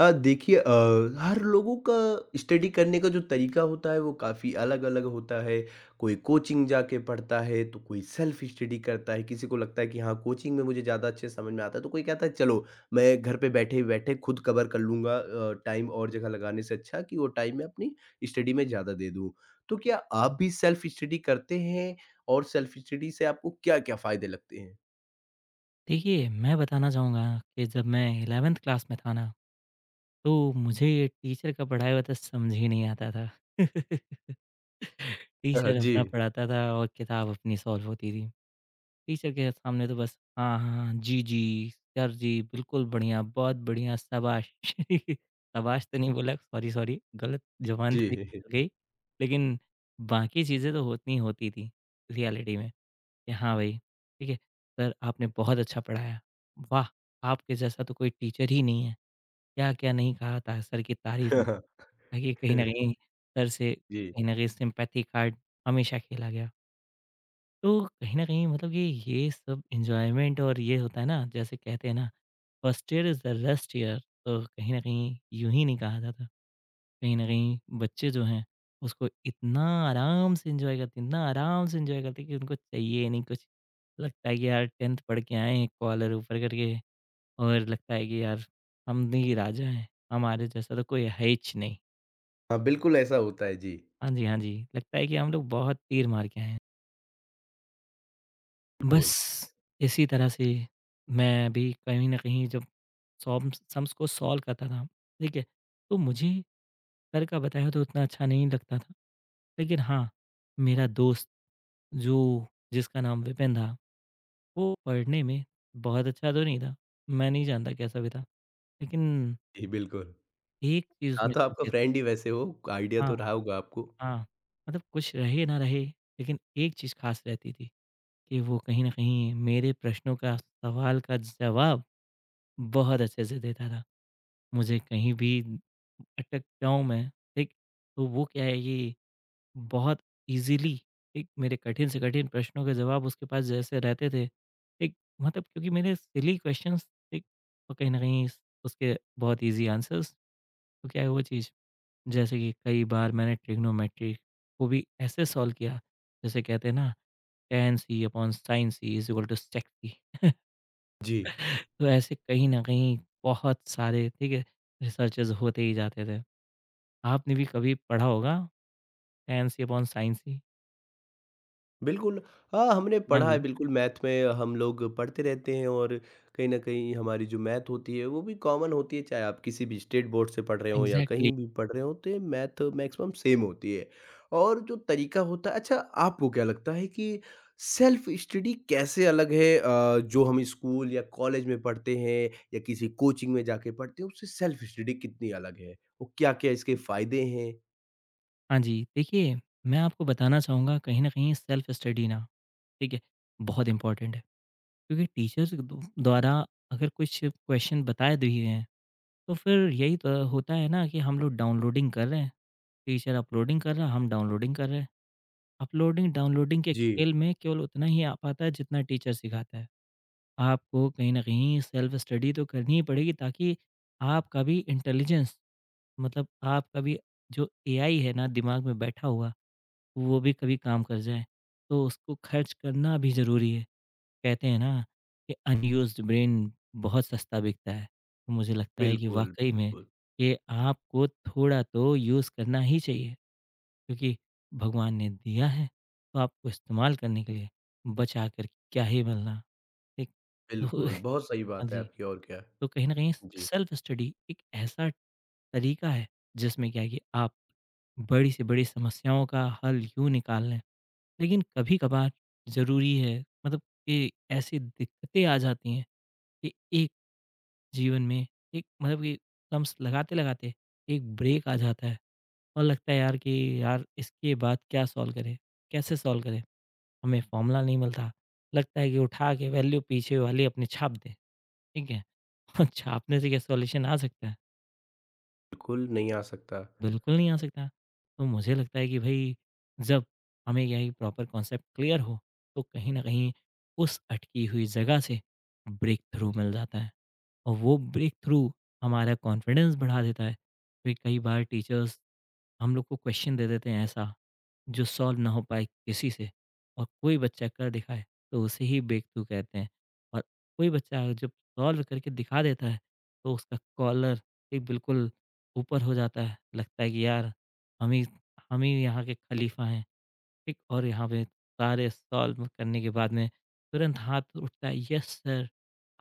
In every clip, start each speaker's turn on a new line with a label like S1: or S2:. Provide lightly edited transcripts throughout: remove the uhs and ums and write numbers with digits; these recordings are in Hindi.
S1: देखिए हर लोगों का स्टडी करने का जो तरीका होता है वो काफ़ी अलग-अलग होता है। कोई कोचिंग जाके पढ़ता है, तो कोई सेल्फ स्टडी करता है। किसी को लगता है कि हाँ, कोचिंग में मुझे ज़्यादा अच्छे से समझ में आता है, तो कोई कहता है चलो मैं घर पे बैठे-बैठे खुद कवर कर लूँगा। टाइम और जगह लगाने से अच्छा कि वो टाइम मैं अपनी स्टडी में ज़्यादा दे दूँ। तो क्या आप भी सेल्फ स्टडी करते हैं और सेल्फ स्टडी से आपको क्या-क्या फ़ायदे लगते हैं?
S2: देखिए, मैं बताना चाहूँगा कि जब मैं 11th क्लास में था ना, तो मुझे टीचर का पढ़ाया हुआ तो समझ ही नहीं आता था। टीचर
S1: जी,
S2: अपना पढ़ाता था और किताब अपनी सॉल्व होती थी। टीचर के सामने तो बस हाँ, हाँ, हाँ, जी, जी, सर जी, बिल्कुल बढ़िया, बहुत बढ़िया, शाबाश। शाबाश तो नहीं बोला, सॉरी, सॉरी, गलत ज़ुबान थोड़ी
S1: जी।
S2: निकल गई। लेकिन बाकी चीज़ें तो होती ही होती थी रियलिटी में कि हाँ भाई, ठीक है, सर आपने बहुत अच्छा पढ़ाया। वाह! आपके जैसा तो कोई टीचर ही नहीं है। क्या-क्या नहीं कहा था सर की तारीफ़ में, ताकि कहीं न कहीं सर से
S1: जी।
S2: कहीं न कहीं सिम्पैथी कार्ड हमेशा खेला गया। तो कहीं न कहीं मतलब कि ये सब एन्जॉयमेंट और ये होता है ना, जैसे कहते हैं ना, first year is the best year, तो कहीं न कहीं यूँ ही नहीं कहा जाता। कहीं न कहीं बच्चे जो हैं, उसको इतना आराम से एन्जॉय करते हैं, इतना आराम से एन्जॉय करते हैं कि उनको चाहिए ही नहीं कुछ। लगता है कि यार 10th पढ़ के आए हैं, कॉलर ऊपर करके, और लगता है कि यार हम ही राजा हैं, हमारे जैसा तो कोई है हीच नहीं।
S1: हाँ, बिल्कुल ऐसा होता है। जी।
S2: हाँ जी, हाँ जी, लगता है कि हम लोग बहुत तीर मार के आए हैं। बस
S1: बिल्कुल।
S2: इसी तरह से मैं भी कहीं न कहीं, जब सॉम्स सम्स को सॉल्व करता था, ठीक है? तो मुझे सर का बताया तो उतना अच्छा नहीं लगता था। लेकिन हाँ, मेरा दोस्त जो जिसका नाम विपिन था, वो पढ़ने में बहुत अच्छा तो नहीं था, मैं नहीं जानता कैसा भी था। लेकिन
S1: जी, बिल्कुल।
S2: एक चीज़
S1: था
S2: उसमें
S1: तो आपका
S2: ख़ासियत थी।
S1: फ्रेंड ही वैसे वो, आइडिया तो
S2: हाँ,
S1: रहा होगा आपको।
S2: हाँ, मतलब कुछ रहे ना रहे, लेकिन एक चीज़ ख़ास रहती थी कि वो कहीं न कहीं मेरे प्रश्नों का, सवाल का जवाब बहुत अच्छे से देता था। मुझे कहीं भी अटक जाऊँ मैं, ठीक? तो वो क्या है कि बहुत ईज़िली, ठीक? मेरे कठिन से कठिन प्रश्नों के जवाब उसके पास जैसे रहते थे, ठीक? मतलब क्योंकि मेरे सिली क्वेश्चन्स, ठीक? और कहीं न कहीं स उसके बहुत ईज़ी आंसर्स, तो क्या है वो चीज़, जैसे कि कई बार मैंने ट्रिग्नोमेट्री को भी ऐसे सॉल्व किया, जैसे कहते हैं ना, tan c upon sin c is equal to sec c।
S1: जी।
S2: तो ऐसे कहीं न कहीं बहुत सारे, ठीक है, रिसर्चेज़ होते ही जाते थे। आपने भी कभी पढ़ा होगा टेंसी अपॉन साइंसी?
S1: बिल्कुल, हाँ, हमने
S2: हुँ। हाँ
S1: पढ़ा है
S2: जी,
S1: बिल्कुल। मैथ में हम लोग पढ़ते रहते हैं और कहीं न कहीं हमारी जो मैथ होती है वो भी कॉमन होती है, चाहे आप किसी भी स्टेट बोर्ड से पढ़ रहे हों या
S2: एग्ज़ैक्टली।
S1: कहीं भी पढ़ रहे हों, तो ये मैथ मैक्सिमम सेम होती है। और जो तरीका होता है, अच्छा आपको क्या लगता है कि सेल्फ स्टडी कैसे अलग है? जो हम स्कूल या कॉलेज में पढ़ते हैं या किसी कोचिंग में जाके पढ़ते हैं, उससे सेल्फ स्टडी कितनी अलग है? और क्या-क्या इसके फ़ायदे हैं?
S2: हाँ जी, देखिए, मैं आपको बताना चाहूँगा, कहीं न कहीं सेल्फ स्टडी ना, ठीक है, बहुत इम्पोर्टेंट है। क्योंकि टीचर्स दो द्वारा अगर कुछ क्वेश्चन बताए दिए हैं, तो फिर यही तो होता है ना कि हम लोग डाउनलोडिंग कर रहे हैं, टीचर अपलोडिंग कर रहा है, हम डाउनलोडिंग कर रहे हैं। अपलोडिंग-डाउनलोडिंग के
S1: जी,
S2: खेल में केवल उतना ही आ पाता है जितना टीचर सिखाता है। आपको कहीं न कहीं सेल्फ स्टडी तो करनी ही पड़ेगी ताकि आपका भी इंटेलिजेंस, मतलब आपका भी जो एआई है ना दिमाग में बैठा हुआ, वो भी कभी काम कर जाए। तो उसको खर्च करना भी ज़रूरी है। कहते हैं ना कि अनयूज़्ड ब्रेन बहुत सस्ता बिकता है। तो मुझे लगता है कि
S1: बिल्कुल,
S2: वाक़ई में
S1: बिल्कुल।
S2: ये आपको थोड़ा तो यूज़ करना ही चाहिए, क्योंकि भगवान ने दिया है, तो आपको इस्तेमाल करने के लिए, बचा कर क्या ही मिलना। ठीक? तो
S1: बिल्कुल, बहुत
S2: हाँ
S1: सही बात है
S2: जी।
S1: आपकी और क्या।
S2: तो कहीं न कहीं
S1: जी,
S2: सेल्फ स्टडी एक ऐसा तरीका है जिसमें क्या है कि आप बड़ी से बड़ी समस्याओं का हल यूँ निकाल लें, लेकिन कभी-कभार ज़रूरी है, मतलब कि ऐसी दिक्कतें आ जाती हैं कि एक जीवन में, एक मतलब कि टर्म्स लगाते-लगाते एक ब्रेक आ जाता है और लगता है यार कि यार इसके बाद क्या सॉल्व करें? कैसे सॉल्व करें? हमें फॉर्मूला नहीं मिलता। लगता है कि उठा के वैल्यू पीछे वाली अपनी छाप दें, ठीक है? और छापने से क्या सॉल्यूशन आ सकता है?
S1: बिल्कुल नहीं आ सकता।
S2: बिल्कुल नहीं आ सकता। तो मुझे लगता है कि भई, जब हमें यही प्रॉपर कॉन्सेप्ट क्लियर हो, तो कहीं न कहीं उस अटकी हुई जगह से ब्रेक थ्रू मिल जाता है और वो ब्रेक थ्रू हमारा कॉन्फिडेंस बढ़ा देता है। फिर कई बार टीचर्स हम लोग को क्वेश्चन दे देते हैं ऐसा जो सॉल्व ना हो पाए किसी से, और कोई बच्चा कर दिखाए तो उसे ही बेकतू कहते हैं। और कोई बच्चा जब सॉल्व करके दिखा देता है, तो उसका कॉलर एक बिल्कुल ऊपर हो जाता है, लगता है कि यार हम ही हम ही यहाँ के खलीफा हैं, ठीक। और यहाँ पे सारे सॉल्व करने के बाद में तुरंत हाथ उठता है, yes sir,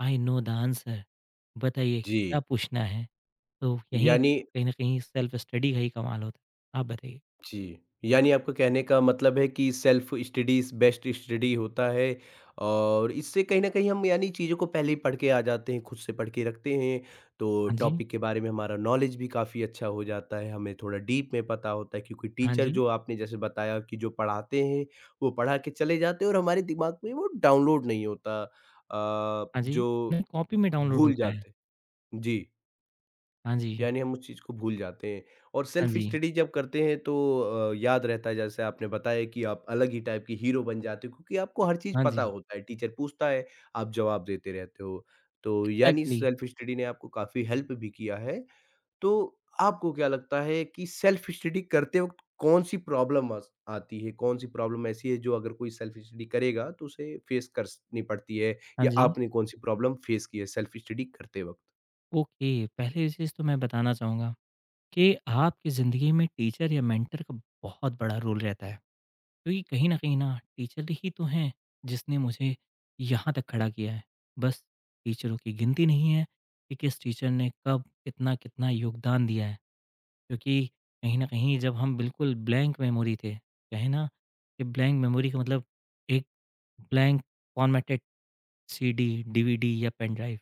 S2: I know the answer, बताइए
S1: जी,
S2: क्या पूछना है। तो यहीं
S1: यानी
S2: कहीं ना कहीं सेल्फ स्टडी का ही कमाल होता है। आप बताइए।
S1: जी, यानी आपका कहने का मतलब है कि self study is best study होता है। और इससे कहीं न कहीं हम, यानी चीज़ों को पहले ही पढ़ के आ जाते हैं, खुद से पढ़ के रखते हैं, तो
S2: हाँ जी
S1: टॉपिक के बारे में हमारा नॉलेज भी काफ़ी अच्छा हो जाता है, हमें थोड़ा डीप में पता होता है, क्योंकि
S2: हाँ
S1: टीचर,
S2: जी
S1: जो आपने जैसे बताया कि जो पढ़ाते हैं, वो पढ़ा के चले जाते हैं और हमारे दिमाग में वो डाउनलोड नहीं होता।
S2: हाँ जी।
S1: जो
S2: नहीं, कॉपी में डाउनलोड
S1: भूल
S2: होता है।
S1: जाते हैं। जी,
S2: हाँ जी,
S1: यानी हम उस चीज़ को भूल जाते हैं और
S2: हाँ
S1: सेल्फ
S2: जी,
S1: स्टडी जब करते हैं तो याद रहता है, जैसे आपने बताया कि आप अलग ही टाइप के हीरो बन जाते हो, क्योंकि आपको हर चीज़
S2: हाँ
S1: पता
S2: जी,
S1: होता है, टीचर पूछता है, आप जवाब देते रहते हो। तो यानी
S2: एग्ज़ैक्टली।
S1: सेल्फ स्टडी ने आपको काफ़ी हेल्प भी किया है। तो आपको क्या लगता है कि सेल्फ स्टडी करते वक़्त कौन-सी प्रॉब्लम अस आती है? कौन-सी प्रॉब्लम ऐसी है जो अगर कोई सेल्फ स्टडी करेगा तो उसे फेस करनी पड़ती है,
S2: हाँ
S1: या
S2: जी,
S1: आपने कौन-सी प्रॉब्लम फेस की है सेल्फ स्टडी करते वक़्त?
S2: ओके। पहली चीज़ तो मैं बताना चाहूँगा कि आपकी ज़िंदगी में टीचर या मेंटर का बहुत बड़ा रोल रहता है। क्योंकि कहीं न कहीं ना टीचर ही तो हैं जिसने मुझे यहाँ तक खड़ा किया है। बस टीचरों की गिनती नहीं है कि किस टीचर ने कब कितना-कितना योगदान दिया है। क्योंकि कहीं न कहीं जब हम बिल्कुल ब्लैंक मेमोरी थे, कहे ना कि ब्लैंक मेमोरी का मतलब एक ब्लैंक फ़ॉर्मेटेड सीडी, डीवीडी या पेन ड्राइव।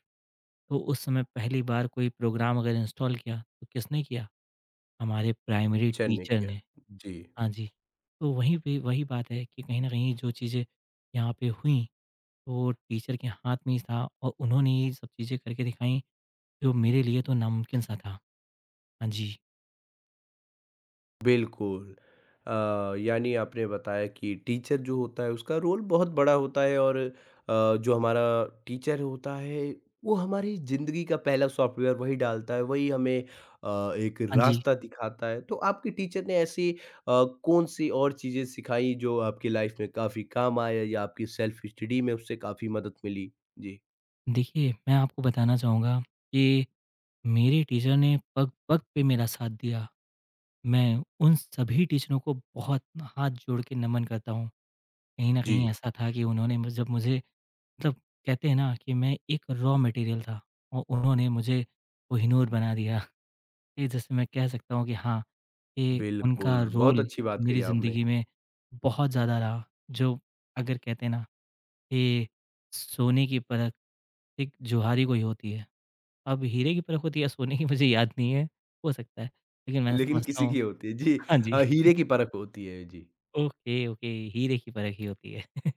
S2: तो उस समय पहली बार कोई प्रोग्राम अगर इंस्टॉल किया, तो किसने किया? हमारे प्राइमरी
S1: टीचर ने
S2: टीचर
S1: किया।
S2: ने।
S1: जी।
S2: हाँ जी। तो वहीं पे वही बात है कि कहीं न कहीं जो चीज़ें यहाँ पे हुईं, तो वो टीचर के हाथ में ही था और उन्होंने ये सब चीज़ें करके दिखाईं, जो मेरे लिए तो नामुमकिन सा था। हाँ जी,
S1: बिल्कुल। अ, यानी आपने बताया कि टीचर जो होता है उसका रोल बहुत बड़ा होता है। और जो हमारा टीचर होता है, वो हमारी ज़िंदगी का पहला सॉफ्टवेयर वही डालता है, वही हमें एक
S2: हाँ जी।
S1: रास्ता दिखाता है। तो आपके टीचर ने ऐसी कौन-सी और चीज़ें सिखाई जो आपकी लाइफ़ में काफ़ी काम आया या आपकी सेल्फ स्टडी में उससे काफ़ी मदद मिली? जी।
S2: देखिए, मैं आपको बताना चाहूँगा कि मेरे टीचर ने पग-पग पे मेरा साथ दिया। मैं उन सभी टीचरों को बहुत हाथ जोड़ के नमन करता हूँ। कहीं न
S1: जी।
S2: कहीं ऐसा था कि उन्होंने म जब मुझे, मतलब, कहते हैं ना कि मैं एक रॉ मटेरियल था और उन्होंने मुझे कोहिनूर बना दिया। ये जैसे मैं कह सकता हूँ कि हाँ, ये उनका
S1: बिल्कुल, बहुत
S2: रोल
S1: अच्छी बात कही
S2: मेरी
S1: आपने।
S2: ज़िंदगी में बहुत ज़्यादा रहा। जो, अगर कहते हैं ना कि सोने की परख एक जोहारी को ही होती है। अब हीरे की परख होती है या सोने की, मुझे याद नहीं है, हो सकता है। लेकिन मैं
S1: लेकिन
S2: समझता
S1: किसी
S2: हूँ,
S1: की होती है। जी,
S2: हाँ जी।
S1: हीरे की परख होती है। जी।
S2: ओके, ओके, हीरे की परख ही होती है।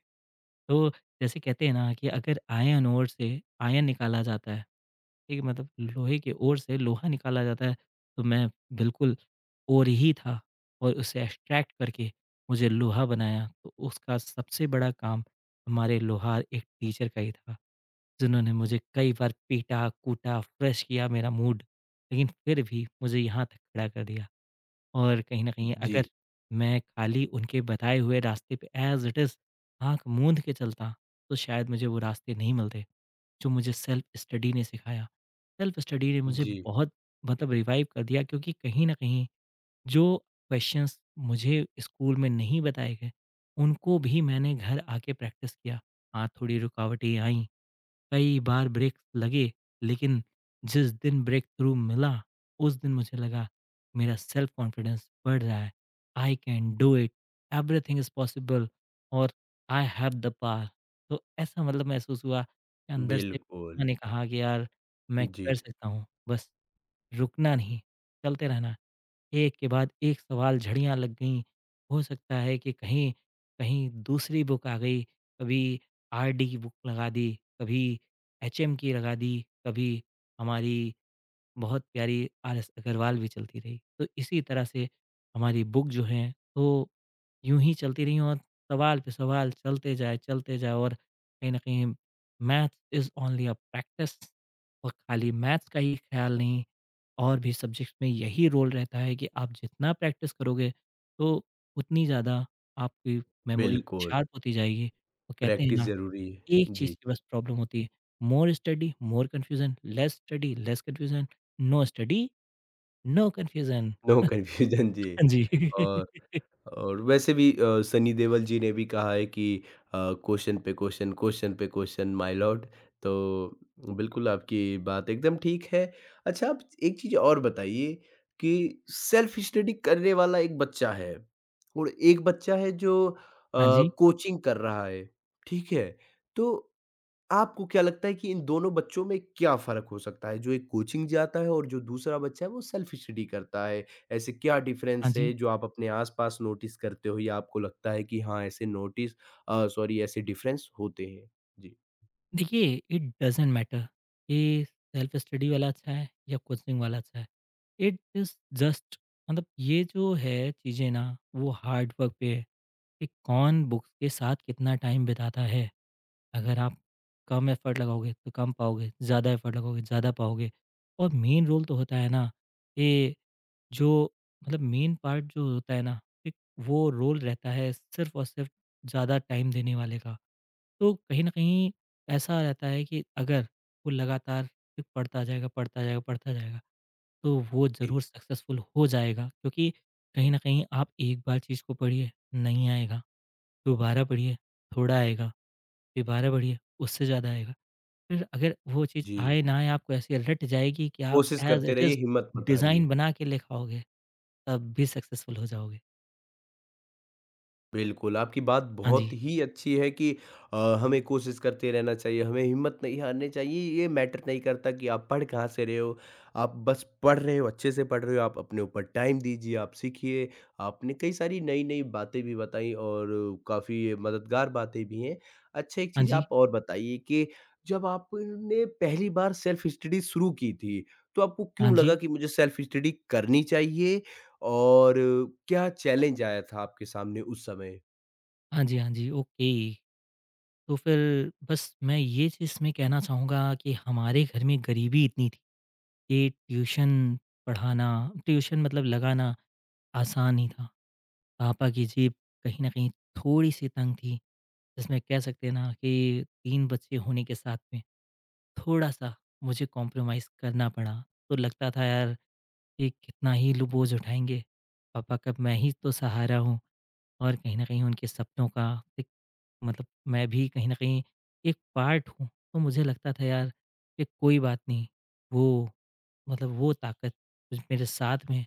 S2: तो जैसे कहते हैं ना कि अगर आयन ओर से आयन निकाला जाता है, ठीक है? मतलब लोहे की ओर से लोहा निकाला जाता है, तो मैं बिल्कुल ओर ही था और उसे एक्सट्रैक्ट करके मुझे लोहा बनाया। तो उसका सबसे बड़ा काम हमारे लोहार एक टीचर का ही था, जिन्होंने मुझे कई बार पीटा, कूटा, फ्रेश किया मेरा मूड, लेकिन फिर भी मुझे यहाँ तक खड़ा कर दिया। और कहीं न कहीं,
S1: जी।
S2: अगर मैं खाली उनके बताए हुए रास्ते पे एज़ इट इज़ आँख मूंद के चलता, तो शायद मुझे वो रास्ते नहीं मिलते, जो मुझे सेल्फ स्टडी ने सिखाया। सेल्फ स्टडी ने मुझे
S1: जी,
S2: बहुत, मतलब, रिवाइव कर दिया, क्योंकि कहीं न कहीं जो क्वेश्चंस मुझे स्कूल में नहीं बताए गए, उनको भी मैंने घर आके प्रैक्टिस किया। हाँ, थोड़ी रुकावटें आईं, कई बार ब्रेक लगे, लेकिन जिस दिन ब्रेक थ्रू मिला, उस दिन मुझे लगा मेरा सेल्फ कॉन्फिडेंस बढ़ रहा है। I can do it, everything is possible, और आई हैव द पावर। तो ऐसा मतलब महसूस हुआ कि अंदर से
S1: बिल्कुल।
S2: मैंने कहा कि यार मैं
S1: जी,
S2: कर सकता हूँ, बस रुकना नहीं, चलते रहना है। एक के बाद एक सवाल झड़ियाँ लग गईं। हो सकता है कि कहीं कहीं दूसरी बुक आ गई, कभी आरडी की बुक लगा दी, कभी एचएम की लगा दी, कभी हमारी बहुत प्यारी आर.एस. अग्रवाल भी चलती रही। तो इसी तरह से हमारी बुक जो हैं, तो यूँ ही चलती रहीं, और सवाल पे सवाल चलते जाए, चलते जाए। और कहीं न कहीं maths is only a practice, और खाली मैथ्स का ही ख़्याल नहीं, और भी सब्जेक्ट्स में यही रोल रहता है कि आप जितना प्रैक्टिस करोगे, तो उतनी ज़्यादा आपकी मेमोरी
S1: बिल्कुल,
S2: शार्प होती जाएगी। वो कहते हैं
S1: प्रैक्टिस
S2: ना,
S1: ज़रूरी
S2: एक
S1: है। जी,
S2: चीज़ की बस प्रॉब्लम होती है, more study, more confusion, less study, less confusion, no study, no confusion.
S1: No confusion जी।
S2: हाँ जी।
S1: और और वैसे भी सनी देओल जी ने भी कहा है कि अ, क्वेश्चन पे क्वेश्चन माय लॉर्ड। तो बिल्कुल आपकी बात एकदम ठीक है। अच्छा आप एक चीज़ और बताइए कि सेल्फ स्टडी करने वाला एक बच्चा है, और एक बच्चा है जो
S2: हाँ जी,
S1: कोचिंग कर रहा है, ठीक है? तो आपको क्या लगता है कि इन दोनों बच्चों में क्या फ़र्क हो सकता है? जो एक कोचिंग जाता है और जो दूसरा बच्चा है वो सेल्फ स्टडी करता है। ऐसे क्या
S2: हाँ
S1: डिफ़रेंस
S2: जी।
S1: है जो आप अपने आस-पास नोटिस करते हो, या आपको लगता है कि हाँ, ऐसे नोटिस सॉरी, ऐसे डिफ़रेंस होते हैं? जी।
S2: देखिए, इट डज़न्ट मैटर कि सेल्फ स्टडी वाला अच्छा है या कोचिंग वाला अच्छा है। इट इज़ जस्ट, मतलब ये जो है चीज़ें ना, वो हार्ड वर्क पे है कि कौन बुक्स के साथ कितना टाइम बिताता है। अगर आप कम एफ़र्ट लगाओगे तो कम पाओगे, ज़्यादा एफ़र्ट लगाओगे ज़्यादा पाओगे। और मेन रोल तो होता है ना कि जो, मतलब मेन पार्ट जो होता है ना, एक वो रोल रहता है सिर्फ़ और सिर्फ़ ज़्यादा टाइम देने वाले का। तो कहीं न कहीं ऐसा रहता है कि अगर वो लगातार एक पढ़ता जाएगा, पढ़ता जाएगा, पढ़ता जाएगा, तो वो
S1: जी,
S2: ज़रूर सक्सेसफुल हो जाएगा, क्योंकि कहीं न कहीं आप एक बार चीज़ को पढ़िए, नहीं आएगा, दोबारा पढ़िए, थोड़ा आएगा। फिर 12 बढ़िया, उससे ज़्यादा आएगा। फिर अगर वो चीज़
S1: जी।
S2: आए ना आए, आपको ऐसी रट जाएगी कि आप
S1: कोशिश
S2: एज़
S1: करते
S2: इट
S1: रहिए,
S2: इज़
S1: हिम्मत मत
S2: डिज़ाइन
S1: हारिए।
S2: बना के लेके आओगे, तब भी सक्सेसफुल हो जाओगे।
S1: बिल्कुल, आपकी बात
S2: हाँ
S1: बहुत
S2: जी,
S1: ही अच्छी है कि हमें कोशिश करते रहना चाहिए, हमें हिम्मत नहीं हारनी चाहिए, ये मैटर नहीं करता कि आप पढ़ कहाँ से रहे हो, आप बस पढ़ रहे हो, अच्छे से पढ़ रहे हो, आप अपने ऊपर टाइम दीजिए, आप सीखिए। आपने कई सारी नई-नई बातें भी बताई और काफ़ी मददगार बातें भी हैं। अच्छा एक
S2: हाँ
S1: चीज़
S2: जी,
S1: आप और बताइए कि जब आपने पहली बार सेल्फ स्टडी शुरू की थी, तो आपको
S2: हाँ
S1: क्यों लगा
S2: जी,
S1: कि मुझे सेल्फ स्टडी करनी चाहिए, और क्या चैलेंज आया था आपके सामने उस समय?
S2: हाँ जी, हाँ जी, ओके। तो फिर बस मैं ये चीज़ इसमें कहना चाहूँगा कि हमारे घर में गरीबी इतनी थी कि ट्यूशन पढ़ाना, ट्यूशन मतलब लगाना, आसान ही था। पापा की जेब कहीं न कहीं थोड़ी-सी तंग थी, जिसमें कह सकते हैं ना कि 3 बच्चे होने के साथ में, थोड़ा-सा मुझे कॉम्प्रोमाइज़ करना पड़ा। तो लगता था यार ये कितना ही लो बोझ उठाएँगे, पापा का मैं ही तो सहारा हूँ और कहीं न कहीं उनके सपनों का एक, मतलब, मैं भी कहीं न कहीं एक पार्ट हूँ। तो मुझे लगता था यार कि कोई बात नहीं, वो, मतलब वो ताकत जो मेरे साथ में,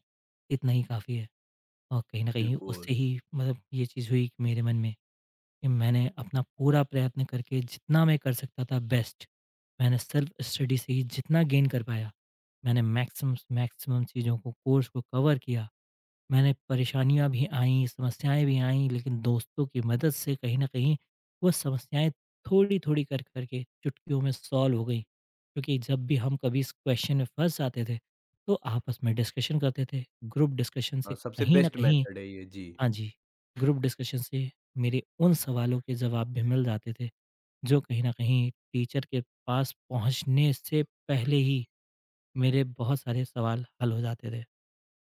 S2: इतना ही काफ़ी है। और कहीं न कहीं
S1: बिल्कुल।
S2: उससे ही, मतलब, ये चीज़ हुई कि मेरे मन में कि मैंने अपना पूरा प्रयत्न करके जितना मैं कर सकता था बेस्ट, मैंने सेल्फ स्टडी से ही जितना गेन कर पाया, मैंने मैक्सिमम मैक्सिमम चीज़ों को, कोर्स को कवर किया। मैंने परेशानियाँ भी आईं, समस्याएँ भी आईं, लेकिन दोस्तों की मदद से कहीं न कहीं वो समस्याएँ थोड़ी-थोड़ी कर करके चुटकियों में सॉल्व हो गई। क्योंकि जब भी हम कभी इस क्वेश्चन में फँस जाते थे, तो आपस में डिस्कशन करते थे। ग्रुप डिस्कशन से
S1: हाँ, सबसे
S2: कहीं न
S1: बेस्ट
S2: कहीं,
S1: मेथड है ये। जी,
S2: हाँ जी, ग्रुप डिस्कशन से मेरे उन सवालों के जवाब भी मिल जाते थे, जो कहीं न कहीं टीचर के पास पहुँचने से पहले ही मेरे बहुत सारे सवाल हल हो जाते थे।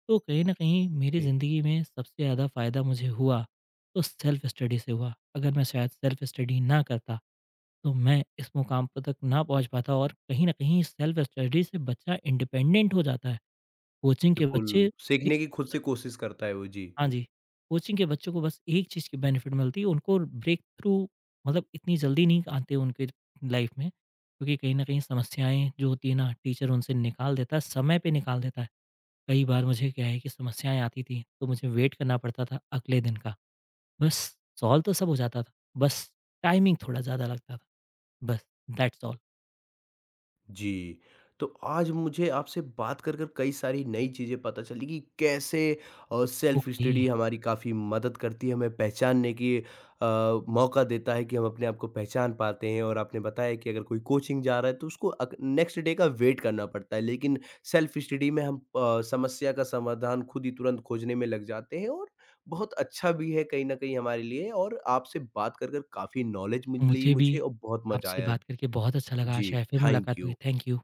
S2: तो कहीं न कहीं मेरी
S1: जी।
S2: ज़िंदगी में सबसे ज़्यादा फ़ायदा मुझे हुआ, तो सेल्फ़ स्टडी से हुआ। अगर मैं शायद सेल्फ़ स्टडी ना करता, तो मैं इस मुकाम पर तक ना पहुँच पाता, और कहीं न कहीं सेल्फ़ स्टडी से बच्चा इंडिपेंडेंट हो जाता है। कोचिंग के
S1: बिल्कुल,
S2: बच्चे,
S1: सीखने की खुद से कोशिश करता है वो। जी।
S2: हाँ जी, कोचिंग के बच्चों को बस एक चीज़ की बेनिफिट मिलती है, उनको ब्रेक थ्रू, मतलब, इतनी जल्दी नहीं आते उनके लाइफ में, क्योंकि कहीं न कहीं समस्याएँ जो होती है ना, टीचर उनसे निकाल देता है, समय पे निकाल देता है। कई बार मुझे क्या है कि समस्याएँ आती थी, तो मुझे वेट करना पड़ता था अगले दिन का। बस सॉल्व तो सब हो जाता था, बस टाइमिंग थोड़ा ज़्यादा लगता था, बस दैट्स ऑल।
S1: जी, तो आज मुझे आपसे बात कर कर कई सारी नई चीज़ें पता चली कि कैसे सेल्फ़
S2: ओके,
S1: स्टडी हमारी काफ़ी मदद करती है, हमें पहचानने की मौका देता है कि हम अपने आप को पहचान पाते हैं। और आपने बताया कि अगर कोई कोचिंग जा रहा है तो उसको अग नेक्स्ट डे का वेट करना पड़ता है, लेकिन सेल्फ़ स्टडी में हम समस्या का समाधान खुद ही तुरंत खोजने में लग जाते हैं और बहुत अच्छा भी है कहीं न कहीं हमारे लिए, और आपसे बात कर कर काफ़ी नॉलेज मिली
S2: मुझे भी
S1: मुझे और बहुत मज़ा
S2: आपसे
S1: आया।
S2: बात करके बहुत अच्छा लगा,
S1: जी,
S2: आशा है फिर
S1: थैंक
S2: मुलाकात होगी।
S1: यू।
S2: Thank you.